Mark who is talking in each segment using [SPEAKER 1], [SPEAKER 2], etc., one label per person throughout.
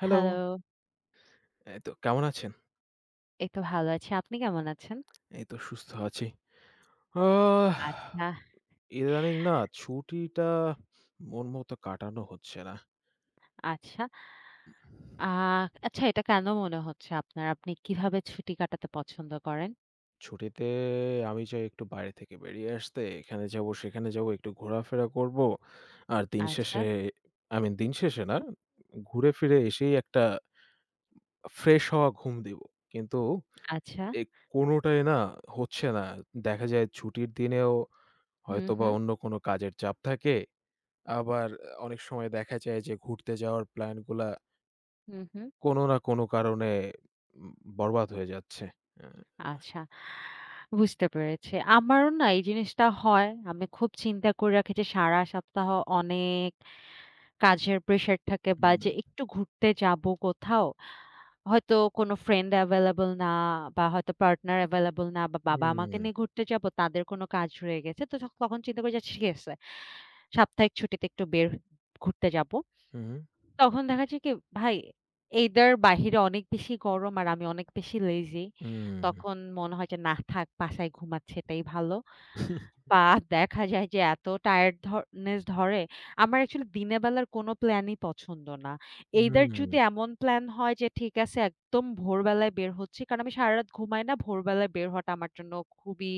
[SPEAKER 1] Hello.
[SPEAKER 2] Hello,
[SPEAKER 1] এই তো কেমন আছেন?
[SPEAKER 2] এই তো ভালো আছি। আপনি কেমন আছেন?
[SPEAKER 1] এই তো সুস্থ আছি। আ
[SPEAKER 2] আচ্ছা,
[SPEAKER 1] ইদানিং না ছুটিটা মন মতো কাটানো হচ্ছে না।
[SPEAKER 2] আচ্ছা। আ আচ্ছা, এটা কেন মনে হচ্ছে আপনার? আপনি কিভাবে ছুটি কাটাতে পছন্দ করেন?
[SPEAKER 1] ছুটিতে আমি চাই একটু বাইরে থেকে বেরিয়ে আসতে। এখানে যাবো, সেখানে যাবো, একটু ঘোরাফেরা করবো। আর দিন
[SPEAKER 2] আচ্ছা,
[SPEAKER 1] শেষে আই মিন দিন শেষে না, ঘুরে ফিরে এসেই একটা ফ্রেশ হওয়া ঘুম দিব। কিন্তু
[SPEAKER 2] আচ্ছা।
[SPEAKER 1] এ কোনোটাই না হচ্ছে না। দেখা যায় ছুটির দিনেও
[SPEAKER 2] হুম,
[SPEAKER 1] হয়তোবা
[SPEAKER 2] হুম,
[SPEAKER 1] অন্য কোনো কাজের চাপ থাকে। আবার অনেক সময় দেখা যায় যে ঘুরতে যাওয়ার প্ল্যান গুলা
[SPEAKER 2] হুম, হুম।
[SPEAKER 1] কোনো না কোনো কারণে উম বরবাদ হয়ে যাচ্ছে। আ
[SPEAKER 2] আচ্ছা, বুঝতে পেরেছি। আমারও না এই জিনিসটা হয়। আমি খুব চিন্তা করে রাখি যে সারা সপ্তাহ অনেক কাজের প্রেশার থাকে
[SPEAKER 1] হুম,
[SPEAKER 2] বা যে
[SPEAKER 1] হুম,
[SPEAKER 2] একটু ঘুরতে যাবো কোথাও। হয়তো কোনো ফ্রেন্ড এভেইলেবল না বা হয়তো পার্টনার এভেইলেবল না বা বাবা আমাকে
[SPEAKER 1] হুম,
[SPEAKER 2] নিয়ে ঘুরতে যাবো তাদের কোনো কাজ রয়ে গেছে। তো তখন চিন্তা করি যে আচ্ছা, ঠিক আছে সাপ্তাহিক ছুটিতে একটু বের ঘুরতে যাবো।
[SPEAKER 1] হুম,
[SPEAKER 2] তখন দেখা যায় কি, ভাই এইদার বাহিরে অনেক বেশি গরম আর আমি অনেক বেশি লেজি।
[SPEAKER 1] হুম,
[SPEAKER 2] তখন মনে হয় যে না, থাক বাসায় ঘুমাচ্ছি, এটাই ভালো। পা দেখা যায় যে এত টায়ার্ডনেস ধরে। আমার অ্যাকচুয়ালি দিনের বেলার কোনো প্ল্যানই পছন্দ না।
[SPEAKER 1] হুম,
[SPEAKER 2] এইদার যদি এমন প্ল্যান হয় যে ঠিক আছে একদম ভোরবেলায় বের হচ্ছি। কারণ আমি সারারাত ঘুমাই না। ভোরবেলায় বের হওয়াটা আমার জন্য খুবই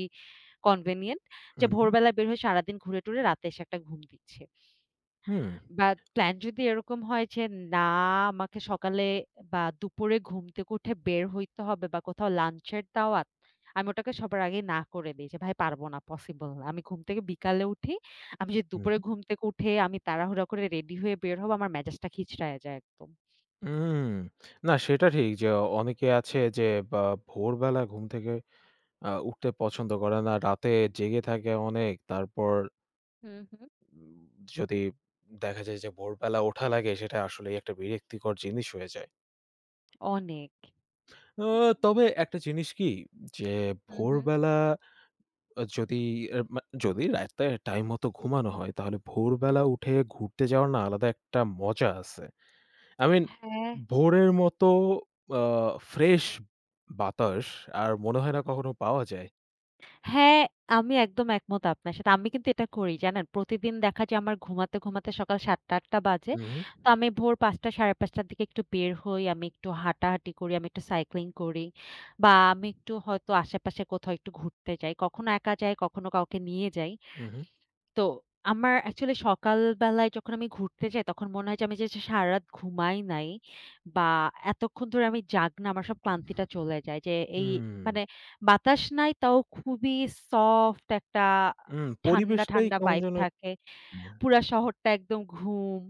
[SPEAKER 2] কনভেনিয়েন্ট। যে
[SPEAKER 1] হুম,
[SPEAKER 2] ভোরবেলায় বের হয়ে সারাদিন ঘুরে টুরে রাতে এসে একটা ঘুম দিচ্ছে। বা প্ল্যান যদি এরকম হয় যে না, আমাকে সকালে বা দুপুরে ঘুম থেকে উঠে বের হইতে হবে বা কোথাও লাঞ্চের দাওয়াত, আমি ওটাকে সবার আগে না করে দেই যে, "ভাই পারবো না, পসিবল না।" আমি ঘুম থেকে বিকালে উঠি। আমি যদি
[SPEAKER 1] হুম,
[SPEAKER 2] দুপুরে ঘুম থেকে উঠে আমি তাড়াহুড়া করে রেডি হয়ে বের হব, আমার মেজাজটা খিচড়ায় যায় একদম।
[SPEAKER 1] হুম। না সেটা ঠিক যে অনেকে আছে যে বা ভোরবেলা ঘুম থেকে উঠতে পছন্দ করে না। রাতে জেগে থাকে অনেক। তারপর
[SPEAKER 2] হুম, হুম।
[SPEAKER 1] উম যদি দেখা যায় যে ভোরবেলা ওঠা লাগে সেটা আসলেই একটা বিরক্তিকর জিনিস হয়ে যায়।
[SPEAKER 2] অনেক।
[SPEAKER 1] আ তবে একটা জিনিস কি? যে
[SPEAKER 2] হুম, হুম,
[SPEAKER 1] ভোরবেলা আ যদি আ মা যদি রাতে টাইম মতো ঘুমানো হয়, তাহলে
[SPEAKER 2] হুম।
[SPEAKER 1] ভোরবেলা উঠে ঘুরতে যাওয়ার না আলাদা একটা মজা আছে। I mean
[SPEAKER 2] হ্যাঁ।
[SPEAKER 1] ভোরের মতো আ ফ্রেশ বাতাস আর মনে হয় না কখনো পাওয়া যায়।
[SPEAKER 2] হ্যাঁ, আমি একদম একমত আপনার সাথে। আমি কিন্তু এটা করি জানেন। প্রতিদিন দেখা যায় আমার ঘুমাতে, ঘুমাতে সকাল ৭ঃ০০-৮ঃ০০ বাজে।
[SPEAKER 1] উহু,
[SPEAKER 2] তো আমি ভোর ৫ঃ০০ ৫ঃ৩০ দিকে একটু বের হই। আমি একটু হাঁটাহাঁটি করি, আমি একটু সাইক্লিং করি বা আমি একটু হয়তো আশেপাশে কোথাও একটু ঘুরতে যাই। কখনো একা যাই, কখনো কাউকে নিয়ে যাই।
[SPEAKER 1] উহু,
[SPEAKER 2] তো আমার অ্যাকচুয়ালি সকালবেলায় যখন আমি ঘুরতে যাই, তখন মনে হয় যে আমি যে যে সারারাত ঘুমাই নাই বা এতক্ষণ ধরে আমি জাগনা, আমার সব ক্লান্তিটা চলে যায়। যে এই
[SPEAKER 1] হুম,
[SPEAKER 2] মানে বাতাস নাই তাও খুবই সফট একটা ঠান্ডা,
[SPEAKER 1] পরিবেশটাই
[SPEAKER 2] ঠান্ডা
[SPEAKER 1] কেমন
[SPEAKER 2] ভাইব
[SPEAKER 1] যেন একটা-
[SPEAKER 2] থাকে। পুরা শহরটা একদম ঘুম।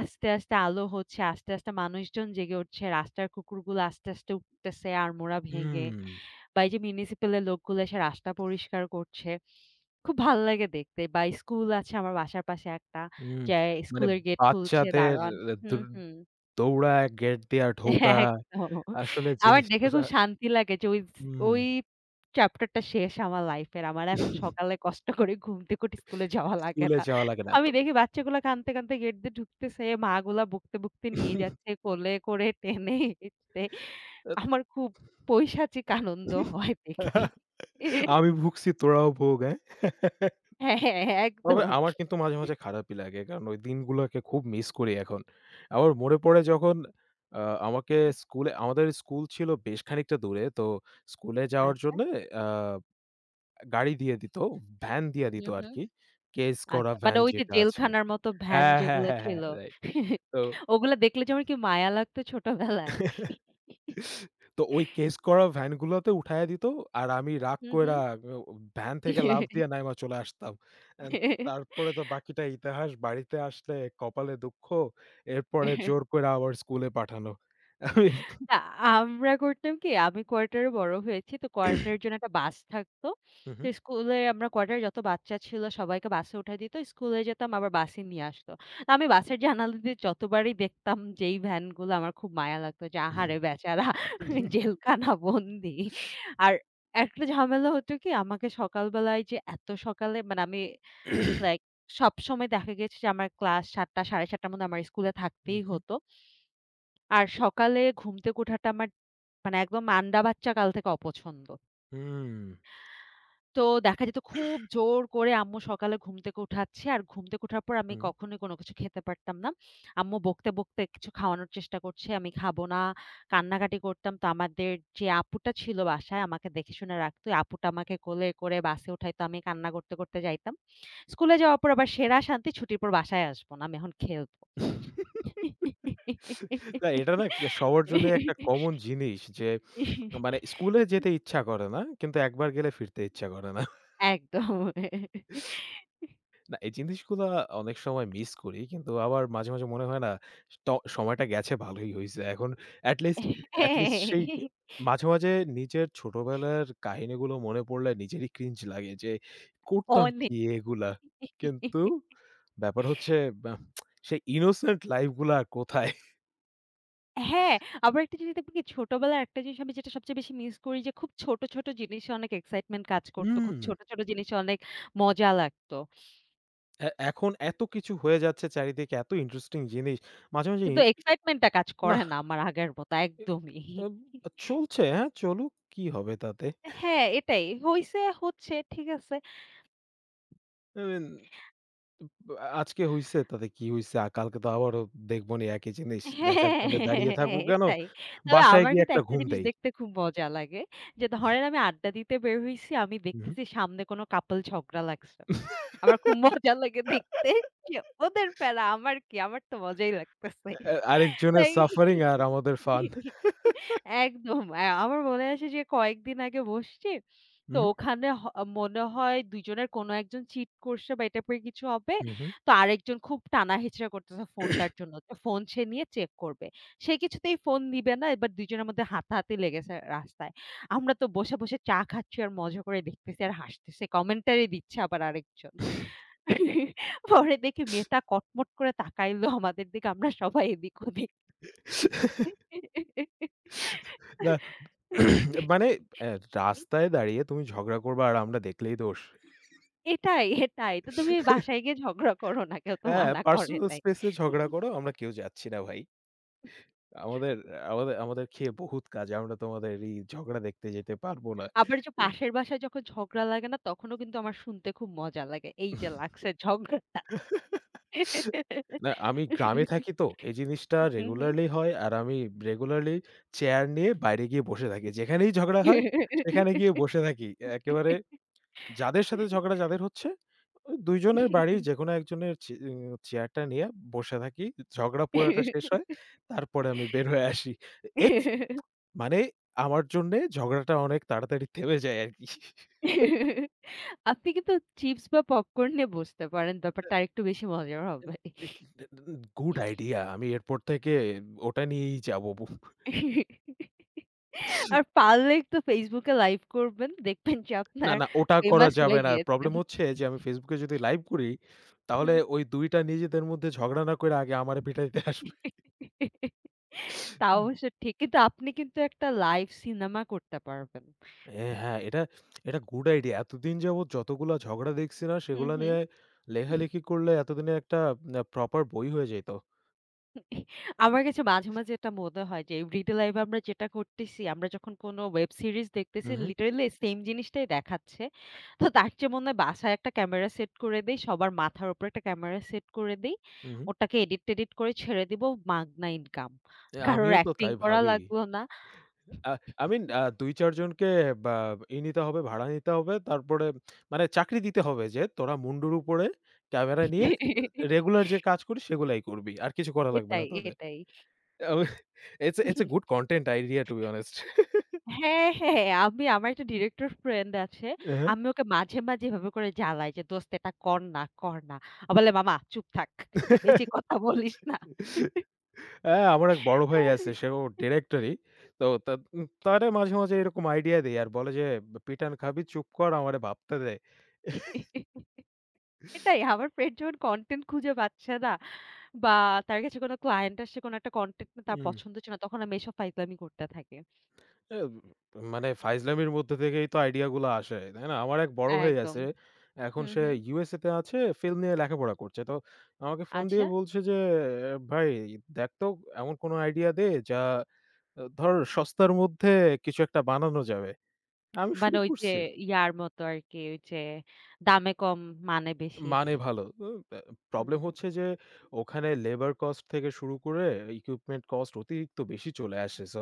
[SPEAKER 2] আস্তে, আস্তে আলো হচ্ছে, আস্তে, আস্তে মানুষজন জেগে উঠছে। রাস্তার কুকুরগুলো আস্তে, আস্তে উঠতেছে আড়মোড়া ভেঙে।
[SPEAKER 1] হুম,
[SPEAKER 2] বা এই যে মিউনিসিপ্যাল এর লোকগুলো এসে রাস্তা পরিষ্কার করছে। খুব ভাল লাগে দেখতে, বা স্কুল আছে আমার বাসার পাশে একটা,
[SPEAKER 1] হুম,
[SPEAKER 2] যে
[SPEAKER 1] মানে
[SPEAKER 2] স্কুলের গেট খুলছে
[SPEAKER 1] বাচ্চাদের
[SPEAKER 2] দারোয়ান। হুম,
[SPEAKER 1] দৌড়
[SPEAKER 2] হুম।
[SPEAKER 1] দৌড়ায় গেট দিয়া ঢোকা
[SPEAKER 2] হ্যাঁ, একদম।
[SPEAKER 1] আসলে
[SPEAKER 2] আমার দেখে
[SPEAKER 1] জিনিসগুলা
[SPEAKER 2] খুব শান্তি লাগে যে ওই
[SPEAKER 1] হুম।
[SPEAKER 2] ওই চ্যাপ্টারটা শেষ আমার লাইফের। আমার এখন সকালে কষ্ট করে ঘুম থেকে উঠে স্কুলে যাওয়া লাগে
[SPEAKER 1] স্কুলে
[SPEAKER 2] না।
[SPEAKER 1] যাওয়া লাগে না
[SPEAKER 2] আমি
[SPEAKER 1] তো।
[SPEAKER 2] দেখি বাচ্চাগুলা কাঁদতে, কাঁদতে গেট দিয়ে ঢুকতেছে, মাগুলা বকতে, বকতে নিয়ে যাচ্ছে কোলে করে টেনে হিঁচড়ে। আমার খুব পৈশাচিক আনন্দ হয় দেখে।
[SPEAKER 1] আমি ভুগছি তোরাও ভোগ, হ্যাঁ?
[SPEAKER 2] হ্যাঁ, হ্যাঁ, হ্যাঁ,
[SPEAKER 1] তবে
[SPEAKER 2] একদম।
[SPEAKER 1] আমার কিন্তু মাঝে, মাঝে খারাপই লাগে। কারণ ওই দিনগুলোকে খুব মিস করি এখন। আমার মনে পড়ে যখন আ আমাকে
[SPEAKER 2] হুম,
[SPEAKER 1] স্কুলে আমাদের স্কুল ছিল বেশ খানিকটা দূরে। তো স্কুলে যাওয়ার
[SPEAKER 2] আচ্ছা।
[SPEAKER 1] জন্যে আ গাড়ি দিয়ে দিত, ভ্যান দিয়ে দিত
[SPEAKER 2] হু, হু।
[SPEAKER 1] আরকি। কেস করা
[SPEAKER 2] আচ্ছা।
[SPEAKER 1] ভ্যান
[SPEAKER 2] মানে ওই যে
[SPEAKER 1] যেটা আছে।
[SPEAKER 2] জেলখানার মতো ভ্যান
[SPEAKER 1] হ্যাঁ, হ্যাঁ,
[SPEAKER 2] যেগুলো
[SPEAKER 1] হ্যাঁ, হ্যাঁ,
[SPEAKER 2] ছিল,
[SPEAKER 1] রাইট।
[SPEAKER 2] ওগুলা দেখলে যে আমার কি মায়া লাগতো ছোটবেলায়।
[SPEAKER 1] তো তো ওই কেস করা ভ্যানগুলোতে উঠাইয়া দিত। আর আমি রাগ
[SPEAKER 2] হু, হু।
[SPEAKER 1] কইরা ও ভ্যান থেকে লাফ দিয়ে নাইমা চলে আসতাম। অ্যান্ড তারপরে তো বাকিটা ইতিহাস। বাড়িতে আসলে কপালে দুঃখ। এরপরে জোর কইরা আবার স্কুলে পাঠানো। আমি
[SPEAKER 2] না, আমরা করতাম কি, আমি কোয়ার্টারে বড় হয়েছি। তো কোয়ার্টারের জন্য একটা বাস থাকতো।
[SPEAKER 1] হুম,
[SPEAKER 2] তো স্কুলে আমরা কোয়ার্টারে যত বাচ্চা ছিল সবাইকে বাসে উঠায় দিত। স্কুলে যেতাম, আবার বাসে নিয়ে আসতো। তো আমি বাসের জানালা দিয়ে যতবারই দেখতাম যেই ভ্যানগুলো, আমার খুব মায়া লাগতো যে আহারে, বেচারা জেলখানা বন্দি। আর একটা ঝামেলা হতো কি, আমাকে সকালবেলায় যে এত সকালে, মানে আমি লাইক সবসময় দেখা গেছে যে আমার ক্লাস ৭ঃ০০ ৭ঃ৩০ র মধ্যে আমার স্কুলে থাকতেই
[SPEAKER 1] হুম।
[SPEAKER 2] হতো। আর সকালে ঘুম থেকে ওঠাটা আমার মানে একদম আন্ডা বাচ্চা কাল থেকে অপছন্দ।
[SPEAKER 1] হুম,
[SPEAKER 2] তো দেখা যেত খুব জোর করে আম্মু সকালে ঘুম থেকে উঠাচ্ছে। আর ঘুম থেকে ওঠার পর আমি
[SPEAKER 1] হুম, হুম।
[SPEAKER 2] কখনোই কোনো কিছু খেতে পারতাম না। আম্মু বকতে, বকতে কিছু খাওয়ানোর চেষ্টা করছে। আমি খাবো না। কান্নাকাটি করতাম। তো আমাদের যে আপুটা ছিল বাসায় আমাকে দেখে শুনে রাখতো, ওই আপুটা আমাকে কোলে করে বাসে উঠাইতো। আমি কান্না করতে, করতে যাইতাম। স্কুলে যাওয়ার পর আবার সেরা শান্তি, ছুটির পর বাসায় আসবো না। আমি এখন খেলবো।
[SPEAKER 1] না এটা না কে সবার জন্যই একটা কমন জিনিস যে মানে স্কুলে যেতে ইচ্ছা করে না। কিন্তু একবার গেলে ফিরতে ইচ্ছা করে না।
[SPEAKER 2] একদম।
[SPEAKER 1] এই জিনিসগুলা অনেক সময় মিস করি। কিন্তু আবার মাঝে, মাঝে মনে হয় না ট সময়টা গেছে ভালোই হইছে। এখন এট লিস্ট এট লিস্ট সেই
[SPEAKER 2] হ্যাঁ,
[SPEAKER 1] মাঝে, মাঝে নিজের ছোটবেলার কাহিনীগুলো মনে পড়লে নিজেরই ক্রিঞ্জ লাগে যে করতাম
[SPEAKER 2] অনেক।
[SPEAKER 1] কি এগুলা? কিন্তু ব্যাপার হচ্ছে বাহ সেই ইনোসেন্ট লাইফ গুলা আর কোথায়?
[SPEAKER 2] হ্যাঁ, আবার একটা জিনিস দেখবেন কি, ছোটবেলার একটা জিনিস আমি যেটা সবচেয়ে বেশি মিস করি যে খুব ছোট, ছোট জিনিসে অনেক এক্সাইটমেন্ট কাজ করত।
[SPEAKER 1] হুম,
[SPEAKER 2] খুব ছোট, ছোট জিনিসে অনেক মজা লাগতো।
[SPEAKER 1] এখন এত কিছু হয়ে যাচ্ছে চারিদিকে এত ইন্টারেস্টিং জিনিস। মাঝে, মাঝে
[SPEAKER 2] কিন্তু এক্সাইটমেন্ট টা কাজ করে
[SPEAKER 1] নাহ,
[SPEAKER 2] না আমার আগের মতো
[SPEAKER 1] এ
[SPEAKER 2] একদমই।
[SPEAKER 1] এব চলছে হ্যাঁ, চলুক কি হবে তাতে?
[SPEAKER 2] হ্যাঁ, এটাই। হইছে, হচ্ছে, ঠিক আছে।
[SPEAKER 1] আই মিন ব আজকে হইছে তাতে কি হইছে? কালকে তো আবারও দেখবনি একই জিনিস। দেখার
[SPEAKER 2] হ্যাঁ,
[SPEAKER 1] জন্য দাঁড়িয়ে থাকবো কেন?
[SPEAKER 2] এটাই। তবে
[SPEAKER 1] বাসায়
[SPEAKER 2] আমার
[SPEAKER 1] গিয়ে
[SPEAKER 2] কিন্তু
[SPEAKER 1] একটা
[SPEAKER 2] একটা
[SPEAKER 1] ঘুম
[SPEAKER 2] জিনিস
[SPEAKER 1] দেই।
[SPEAKER 2] দেখতে খুব মজা লাগে। যে ধরেন আমি আড্ডা দিতে বের হইছি, আমি
[SPEAKER 1] উহু।
[SPEAKER 2] দেখতেছি সামনে কোনো couple ঝগড়া লাগছে। আমার খুব মজা লাগে দেখতে যে ওদের প্যারা আমার কি? আমার তো মজাই লাগতেছে।
[SPEAKER 1] আরেকজনের
[SPEAKER 2] লাইক,
[SPEAKER 1] সাফারিং আর আমাদের ফান।
[SPEAKER 2] একদম। আমার মনে আছে যে কয়েকদিন আগে বসছি। তো
[SPEAKER 1] উহু,
[SPEAKER 2] ওখানে মনে হয় ২ জনের কোনো একজন চিট করছে বা এই টাইপের কিছু হবে।
[SPEAKER 1] উহু।
[SPEAKER 2] তো আরেকজন খুব টানাহেঁচড়া করতেছে ফোনটার জন্য। তো ফোন সে নিয়ে চেক করবে। সে কিছুতেই ফোন দিবে না। এবার ২ জনের মধ্যে হাতাহাতি লেগেছে রাস্তায়। আমরা তো বসে, বসে চা খাচ্ছি আর মজা করে দেখতেছি আর হাসতেছি। কমেন্টারি দিচ্ছে আবার আরেকজন। পরে দেখি মেয়েটা কটমট করে তাকাইলো আমাদের দিকে। আমরা সবাই এদিক ওদিক।
[SPEAKER 1] না মানে অ্যা রাস্তায় দাঁড়িয়ে তুমি ঝগড়া করবা আর আমরা দেখলেই দোষ।
[SPEAKER 2] এটাই, এটাই। তো তুমি বাসায় গিয়ে ঝগড়া করো না। কেউ তো
[SPEAKER 1] হ্যাঁ,
[SPEAKER 2] মানা করে
[SPEAKER 1] পার্সোনাল
[SPEAKER 2] নাই।
[SPEAKER 1] স্পেস এ ঝগড়া করো। আমরা কেউ যাচ্ছি না ভাই। আমাদের আমাদের আমাদের খেয়ে বহুত কাজ। আমরা তোমাদের এই ঝগড়া দেখতে যেতে পারব না।
[SPEAKER 2] আবার যে পাশের বাসায় যখন ঝগড়া লাগে না, তখনও কিন্তু আমার শুনতে খুব মজা লাগে। এই যে লাগছে ঝগড়াটা।
[SPEAKER 1] না, আমি গ্রামে থাকি তো। এই জিনিসটা
[SPEAKER 2] হু, হু।
[SPEAKER 1] রেগুলারলি হয়। আর আমি রেগুলারলি চেয়ার নিয়ে বাইরে গিয়ে বসে থাকি। যেখানেই ঝগড়া হয় সেখানে গিয়ে বসে থাকি। একেবারে যাদের সাথে ঝগড়া যাদের হচ্ছে, ওই ২ জনের বাড়ির যেকোনো একজনের চে উম চেয়ারটা নিয়ে বসে থাকি। ঝগড়া পুরাটা শেষ হয়। তারপরে আমি বের হয়ে আসি। এটস মানে আমার জন্যে ঝগড়াটা অনেক তাড়াতাড়ি থেমে যায় আরকি।
[SPEAKER 2] আপনি কিন্তু চিপস বা পপকর্ন নিয়ে বসতে পারেন। ব্যাপারটা আরেকটু বেশি মজার হবে।
[SPEAKER 1] Good idea. আমি এরপর থেকে ওটা নিয়েই যাবো।
[SPEAKER 2] আর পারলে একটু Facebook এ লাইভ করবেন। দেখবেন যে
[SPEAKER 1] না,
[SPEAKER 2] আপনার
[SPEAKER 1] না ওটা করা
[SPEAKER 2] ফেমাস
[SPEAKER 1] যাবে
[SPEAKER 2] হয়ে
[SPEAKER 1] না।
[SPEAKER 2] গিয়েছেন।
[SPEAKER 1] প্রবলেম হচ্ছে যে আমি Facebook এ যদি লাইভ করি,
[SPEAKER 2] হু।
[SPEAKER 1] তাহলে ওই ২ টা নিজেদের মধ্যে ঝগড়া না কইরা আগে আমারে পিটাইতে আসবে।
[SPEAKER 2] তা
[SPEAKER 1] হুম।
[SPEAKER 2] অবশ্য ঠিক। কিন্তু আপনি কিন্তু একটা লাইভ সিনেমা করতে পারবেন।
[SPEAKER 1] হ্যাঁ, এটা এটা গুড আইডিয়া। এতদিন যাবৎ যতগুলা ঝগড়া দেখছি না
[SPEAKER 2] হুম,
[SPEAKER 1] সেগুলা
[SPEAKER 2] হুম।
[SPEAKER 1] নিয়ে লেখালেখি করলে এতদিনে একটা প্রপার বই হয়ে যাইত।
[SPEAKER 2] আমার কাছে মাঝে, মাঝে এটা মনে হয় যে রিড লাইভে আমরা যেটা করতেছি, আমরা যখন কোনো ওয়েব সিরিজ
[SPEAKER 1] হু,
[SPEAKER 2] দেখতেছি,
[SPEAKER 1] হু,
[SPEAKER 2] লিটারেলি সেম জিনিসটাই দেখাচ্ছে। তো তার চেয়ে মনে হয় বাসায় একটা ক্যামেরা সেট করে দেই। সবার মাথার উপর একটা ক্যামেরা সেট করে দেই।
[SPEAKER 1] হু, হু।
[SPEAKER 2] ওটাকে এডিট টেডিট করে ছেড়ে দিব, মাগনা ইনকাম। কারোর
[SPEAKER 1] আমিও তো
[SPEAKER 2] অ্যাক্টিং
[SPEAKER 1] তাই
[SPEAKER 2] করা
[SPEAKER 1] ভাবি।
[SPEAKER 2] লাগলো না।
[SPEAKER 1] আ I mean ২-৪ জনকে বা নিতে হবে, ভাড়া নিতে হবে। তারপরে মানে চাকরি দিতে হবে যে, "তোরা মুন্ডুর উপরে ক্যামেরা নিয়ে রেগুলার যে কাজ করিস সেগুলাই করবি। আর কিছু করা লাগবে না
[SPEAKER 2] এটাই,
[SPEAKER 1] তোদের।"
[SPEAKER 2] এটাই।
[SPEAKER 1] আমি it's a good content idea to be honest.
[SPEAKER 2] হ্যাঁ, হ্যাঁ। হ্যাঁ, আমি আমার একটা ডিরেক্টর ফ্রেন্ড আছে।
[SPEAKER 1] হ্যাঁ।
[SPEAKER 2] আমি ওকে মাঝে, মাঝে এভাবে করে জ্বালাই যে, "দোস্ত এটা কর না, কর না।" ও বলে, "মামা চুপ থাক। বেশি কথা বলিস না।"
[SPEAKER 1] হ্যাঁ, আমার এক বড় ভাই আছে, সেও ডিরেক্টরই। তো তারে মাঝে, মাঝে এরকম আইডিয়া দেই আর বলে যে, "পিটান খাবি চুপ কর আমারে ভাবতে দে।"
[SPEAKER 2] এটাই, আমার ফ্রেন্ড যখন কনটেন্ট খুঁজে পাচ্ছে না বা তার কাছে কোনো ক্লায়েন্ট আসছে, কোনো একটা কনটেন্ট তার
[SPEAKER 1] হুম।
[SPEAKER 2] পছন্দ হচ্ছে না, তখন আমি এসব ফাইজলামি করতে থাকি।
[SPEAKER 1] এ মানে ফাইজলামির মধ্যে থেকেই তো আইডিয়া গুলো আসে। তাই না? আমার এক বড় ভাই
[SPEAKER 2] একদম।
[SPEAKER 1] আছে। এখন
[SPEAKER 2] হুম,
[SPEAKER 1] সে
[SPEAKER 2] হুম।
[SPEAKER 1] ইউএসএ তে আছে, ফিল্ম নিয়ে লেখাপড়া করছে। তো আমাকে ফোন দিয়ে
[SPEAKER 2] আচ্ছা।
[SPEAKER 1] বলছে যে, "ভাই দেখ তো এমন কোন আইডিয়া দে যা আহ, ধর সস্তার মধ্যে কিছু একটা বানানো যাবে।" আমি
[SPEAKER 2] মানে
[SPEAKER 1] শুরু
[SPEAKER 2] ওই যে
[SPEAKER 1] করছি।
[SPEAKER 2] ইয়ার মতো আরকি, ওই যে দামে কম, মানে বেশি।
[SPEAKER 1] মানে ভালো। উ আ
[SPEAKER 2] হুম,
[SPEAKER 1] প্রবলেম
[SPEAKER 2] হুম।
[SPEAKER 1] হচ্ছে যে ওখানে লেবার কস্ট থেকে শুরু করে ইকুইপমেন্ট কস্ট অতিরিক্ত বেশি চলে আসে। সো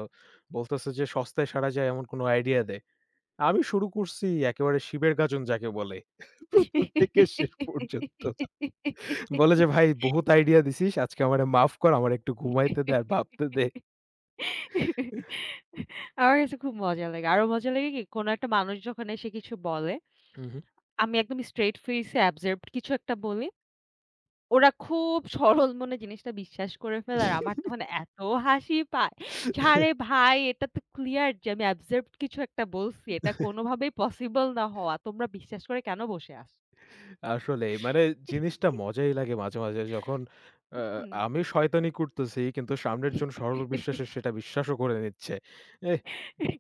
[SPEAKER 1] বলতেছে যে সস্তায় সারা যায় এমন কোন আইডিয়া দে। আমি শুরু করছি একেবারে শিবের গাজন যাকে বলে। ১ম থেকে শেষ পর্যন্ত। বলে যে, "ভাই বহুত আইডিয়া দিছিস। আজকে আমারে মাফ কর। আমার একটু ঘুমাইতে দে আর ভাবতে দে।"
[SPEAKER 2] আমার কাছে খুব মজা লাগে। আরো মজা লাগে কি? কোন একটা মানুষ যখন এসে কিছু বলে,
[SPEAKER 1] হু, হু।
[SPEAKER 2] আমি একদম স্ট্রেইট ফেইসে অ্যাবসার্ভড কিছু একটা বলি। ওরা খুব সরল মনে জিনিসটা বিশ্বাস করে ফেলে। আর আমার তখন এত হাসি পায় যে, আরে ভাই, এটা তো ক্লিয়ার যে আমি অ্যাবসার্ভড কিছু একটা বলছি। এটা কোনভাবেই পসিবল না হওয়া। তোমরা বিশ্বাস করে কেন বসে আছো?
[SPEAKER 1] আসলেই মানে জিনিসটা মজাই লাগে মাঝে, মাঝে যখন আ
[SPEAKER 2] হুম।
[SPEAKER 1] আমি শয়তানি করতেছি কিন্তু সামনের জন সরল বিশ্বাসে সেটা বিশ্বাসও করে নিচ্ছে। এহ!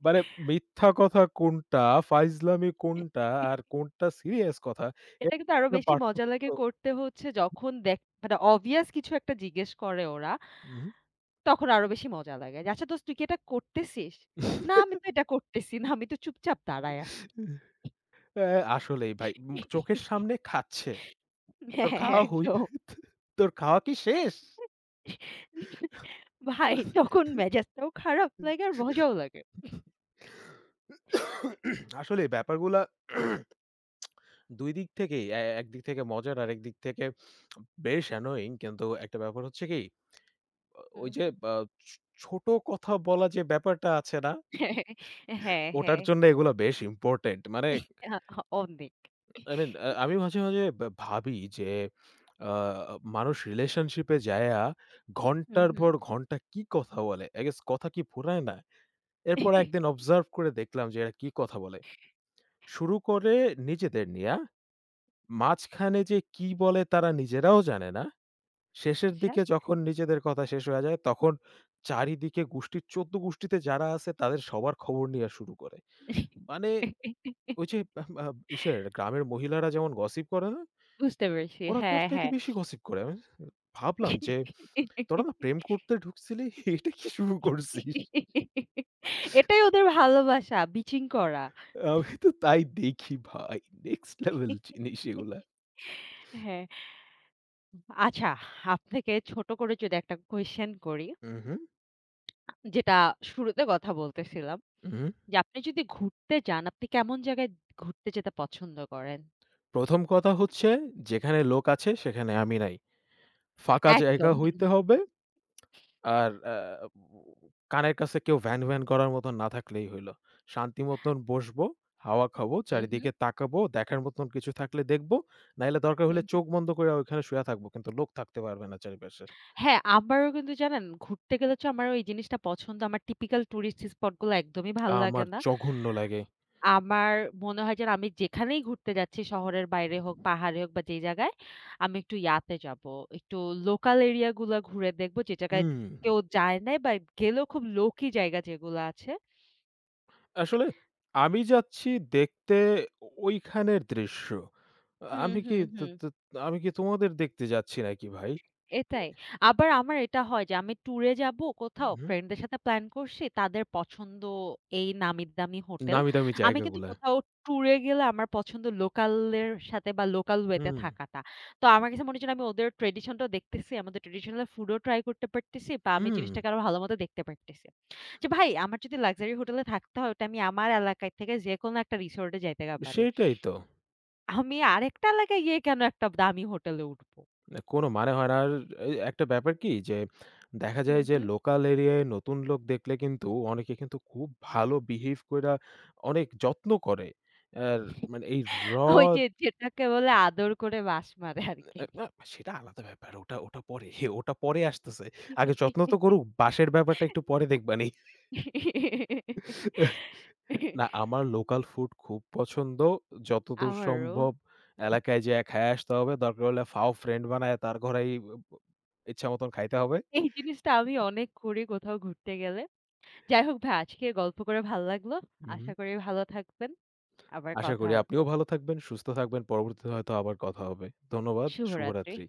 [SPEAKER 1] মানে মিথ্যা কথা কোনটা, ফাইজলামি কোনটা আর কোনটা সিরিয়াস কথা এর
[SPEAKER 2] এটা কিন্তু আরো
[SPEAKER 1] মধ্যে
[SPEAKER 2] বেশি মজা
[SPEAKER 1] পার্থক্য
[SPEAKER 2] লাগে করতে, হচ্ছে যখন দেখ মানে অবভিয়াস কিছু একটা জিজ্ঞেস করে ওরা।
[SPEAKER 1] হু,
[SPEAKER 2] তখন আরো বেশি মজা লাগে। যে, "আচ্ছা দোস্ত, তুই কি এটা করতেছিস?" "না
[SPEAKER 1] হু।
[SPEAKER 2] আমি তো এটা করতেছি না। আমি তো চুপচাপ দাঁড়ায় আছি।"
[SPEAKER 1] অ্যা আসলেই ভাই চোখের সামনে খাচ্ছে।
[SPEAKER 2] হ্যাঁ,
[SPEAKER 1] তোর
[SPEAKER 2] হ্যাঁ,
[SPEAKER 1] খাওয়া হই
[SPEAKER 2] একদম।
[SPEAKER 1] তোর খাওয়া কি শেষ?
[SPEAKER 2] ভাই তখন মেজাজটাও খারাপ লাগে আর মজাও লাগে।
[SPEAKER 1] আসলেই ব্যাপারগুলা ২ দিক থেকেই একদিক থেকে মজার আরেকদিক থেকে বেশ অ্যানোয়িং কিন্তু একটা ব্যাপার হচ্ছে কি
[SPEAKER 2] হুম,
[SPEAKER 1] ওই যে
[SPEAKER 2] হুম।
[SPEAKER 1] আ ছো ছোট কথা বলা যে ব্যাপারটা আছে না?
[SPEAKER 2] হ্যাঁ,
[SPEAKER 1] ওটার
[SPEAKER 2] হ্যাঁ।
[SPEAKER 1] জন্য এগুলা বেশ ইম্পোর্টেন্ট। মানে
[SPEAKER 2] আ অনেক।
[SPEAKER 1] আই মিন আমি মাঝে, মাঝে বা ভাবি যে আ মানুষ রিলেশনশিপে যায়া
[SPEAKER 2] হুম,
[SPEAKER 1] ঘন্টার
[SPEAKER 2] হুম।
[SPEAKER 1] পর ঘন্টা কি কথা বলে? I গেস কথা কি ফুরায় না? এরপর একদিন অবজার্ভ করে দেখলাম যে এরা কি কথা বলে। শুরু করে নিজেদের নিয়া, মাঝখানে যে কি বলে তারা নিজেরাও জানে না। শেষের
[SPEAKER 2] আচ্ছা।
[SPEAKER 1] দিকে যখন নিজেদের কথা শেষ হয়ে যায় তখন চারিদিকে গোষ্ঠীর ১৪ গোষ্ঠীতে যারা আছে তাদের সবার খবর নেয়া শুরু করে। মানে ওই যে আ আ ইসের গ্রামের মহিলারা যেমন গসিপ করে না?
[SPEAKER 2] বুঝতে পেরেছি।
[SPEAKER 1] ওরা তার
[SPEAKER 2] হ্যাঁ,
[SPEAKER 1] চাইতে
[SPEAKER 2] হ্যাঁ।
[SPEAKER 1] বেশি gossip করে। আমি ভাবলাম যে, "তোরা না প্রেম করতে ঢুকছিলি, এটা কি শুরু করছিস?"
[SPEAKER 2] এটাই ওদের ভালোবাসা, বিচিং করা।
[SPEAKER 1] আমি তো তাই দেখি ভাই। নেক্সট লেভেল জিনিস এগুলা।
[SPEAKER 2] হ্যাঁ, আচ্ছা, আপনাকে ছোট করে যদি একটা কোয়েশ্চেন করি,
[SPEAKER 1] উহু,
[SPEAKER 2] যেটা শুরুতে কথা বলতেছিলাম,
[SPEAKER 1] উহু।
[SPEAKER 2] যে আপনি যদি ঘুরতে যান, আপনি কেমন জায়গায় ঘুরতে যেতে পছন্দ করেন?
[SPEAKER 1] ১ম কথা হচ্ছে যেখানে লোক আছে সেখানে আমি নাই। ফাঁকা জায়গা
[SPEAKER 2] একদম।
[SPEAKER 1] হইতে হবে আর কানের কাছে কেউ ভ্যান, ভ্যান করার মতন না থাকলেই হইল। শান্তি মতন বসবো, হাওয়া খাবো,
[SPEAKER 2] হুম, হুম,
[SPEAKER 1] চারিদিকে তাকাবো, দেখার মতন কিছু থাকলে দেখবো। নাইলে দরকার
[SPEAKER 2] হুম,
[SPEAKER 1] হলে
[SPEAKER 2] হুম।
[SPEAKER 1] চোখ বন্ধ কইরা ওইখানে শুয়া থাকবো। কিন্তু লোক থাকতে পারবে না চারিপাশে।
[SPEAKER 2] হ্যাঁ, আমারও কিন্তু জানেন ঘুরতে গেলে হচ্ছে আমার ওই জিনিসটা পছন্দ। আমার টিপিক্যাল টুরিস্ট স্পট গুলো একদমই ভাল লাগে
[SPEAKER 1] আমার
[SPEAKER 2] না।
[SPEAKER 1] জঘন্য লাগে।
[SPEAKER 2] আমার মনে হয় যেন আমি যেখানেই ঘুরতে যাচ্ছি, শহরের বাইরে হোক, পাহাড়ে হোক বা যেই জায়গায়, আমি একটু ইয়াতে যাব। একটু লোকাল এরিয়া গুলা ঘুরে দেখব, যে জায়গায়
[SPEAKER 1] হুম,
[SPEAKER 2] কেউ যায় নাই বা গেলেও খুব লোকি জায়গা যেগুলা আছে।
[SPEAKER 1] আসলে আমি যাচ্ছি দেখতে ওইখানের দৃশ্য।
[SPEAKER 2] হুম,
[SPEAKER 1] আমি কি
[SPEAKER 2] হুম,
[SPEAKER 1] ত
[SPEAKER 2] হুম।
[SPEAKER 1] ত আমি কি তোমাদের দেখতে যাচ্ছি নাকি ভাই?
[SPEAKER 2] এটাই। আবার আমার এটা হয় যে আমি ট্যুরে যাবো কোথাও,
[SPEAKER 1] হুম,
[SPEAKER 2] ফ্রেন্ডদের সাথে প্ল্যান করছি। তাদের পছন্দ এই নামি-দামি হোটেল।
[SPEAKER 1] নামি দামি
[SPEAKER 2] আমি কিন্তু
[SPEAKER 1] জায়গাগুলা।
[SPEAKER 2] কোথাও ট্যুরে গেলে আমার পছন্দ লোকালের সাথে বা লোকাল ওয়েতে
[SPEAKER 1] হুম,
[SPEAKER 2] থাকাটা। তো আমার কাছে মনে হচ্ছে আমি ওদের ট্র্যাডিশনটাও দেখতেছি, আমাদের ট্র্যাডিশনাল ফুডও ট্রাই করতে পারতেছি বা আমি
[SPEAKER 1] হুম,
[SPEAKER 2] জিনিসটাকে আরো ভালোমতো দেখতে পারতেছি। যে ভাই, আমার যদি লাক্সারি হোটেলে থাকতে হয়, ওটা আমি আমার এলাকায় থেকে যেকোনো একটা রিসোর্টে যাইতে গা পারি।
[SPEAKER 1] সেইটাই তো।
[SPEAKER 2] আমি আরেকটা এলাকায় গিয়ে কেন একটা দামি হোটেলে উঠবো?
[SPEAKER 1] কোনো মানে হয় না। আর এই একটা ব্যাপার কি যে দেখা যায়
[SPEAKER 2] হুম,
[SPEAKER 1] যে
[SPEAKER 2] হুম।
[SPEAKER 1] লোকাল এরিয়ায় নতুন লোক দেখলে কিন্তু অনেকে কিন্তু খুব ভালো বিহেভ কইরা অনেক যত্ন করে। আর মানে এই র
[SPEAKER 2] ওই যে যেটাকে বলে আদর করে বাঁশ মারে আরকি।
[SPEAKER 1] এ না সেটা আলাদা ব্যাপার। ওটা পরে। ওটা পরে আসতেছে। আগে যত্ন তো করুক। বাঁশের ব্যাপারটা একটু পরে দেখবানি। না আমার লোকাল ফুড খুব পছন্দ। যতদূর
[SPEAKER 2] আমারও।
[SPEAKER 1] সম্ভব এলাকায় যেয়ে খাইয়া আসতে হবে। দরকার হলে ফাও ফ্রেন্ড বানায় তার ঘরেই ইচ্ছা মতন খাইতে হবে।
[SPEAKER 2] এই জিনিসটা আমি অনেক করি কোথাও ঘুরতে গেলে। যাই হোক, ভাই আজকে গল্প করে ভাল লাগলো।
[SPEAKER 1] উহু।
[SPEAKER 2] আশা করি ভালো থাকবেন। আবার
[SPEAKER 1] আশা
[SPEAKER 2] কথা
[SPEAKER 1] করি
[SPEAKER 2] হবে।
[SPEAKER 1] আপনিও ভালো থাকবেন, সুস্থ থাকবেন। পরবর্তীতে হয়তো আবার কথা হবে। ধন্যবাদ।
[SPEAKER 2] শুভরাত্রি।
[SPEAKER 1] শুভরাত্রি।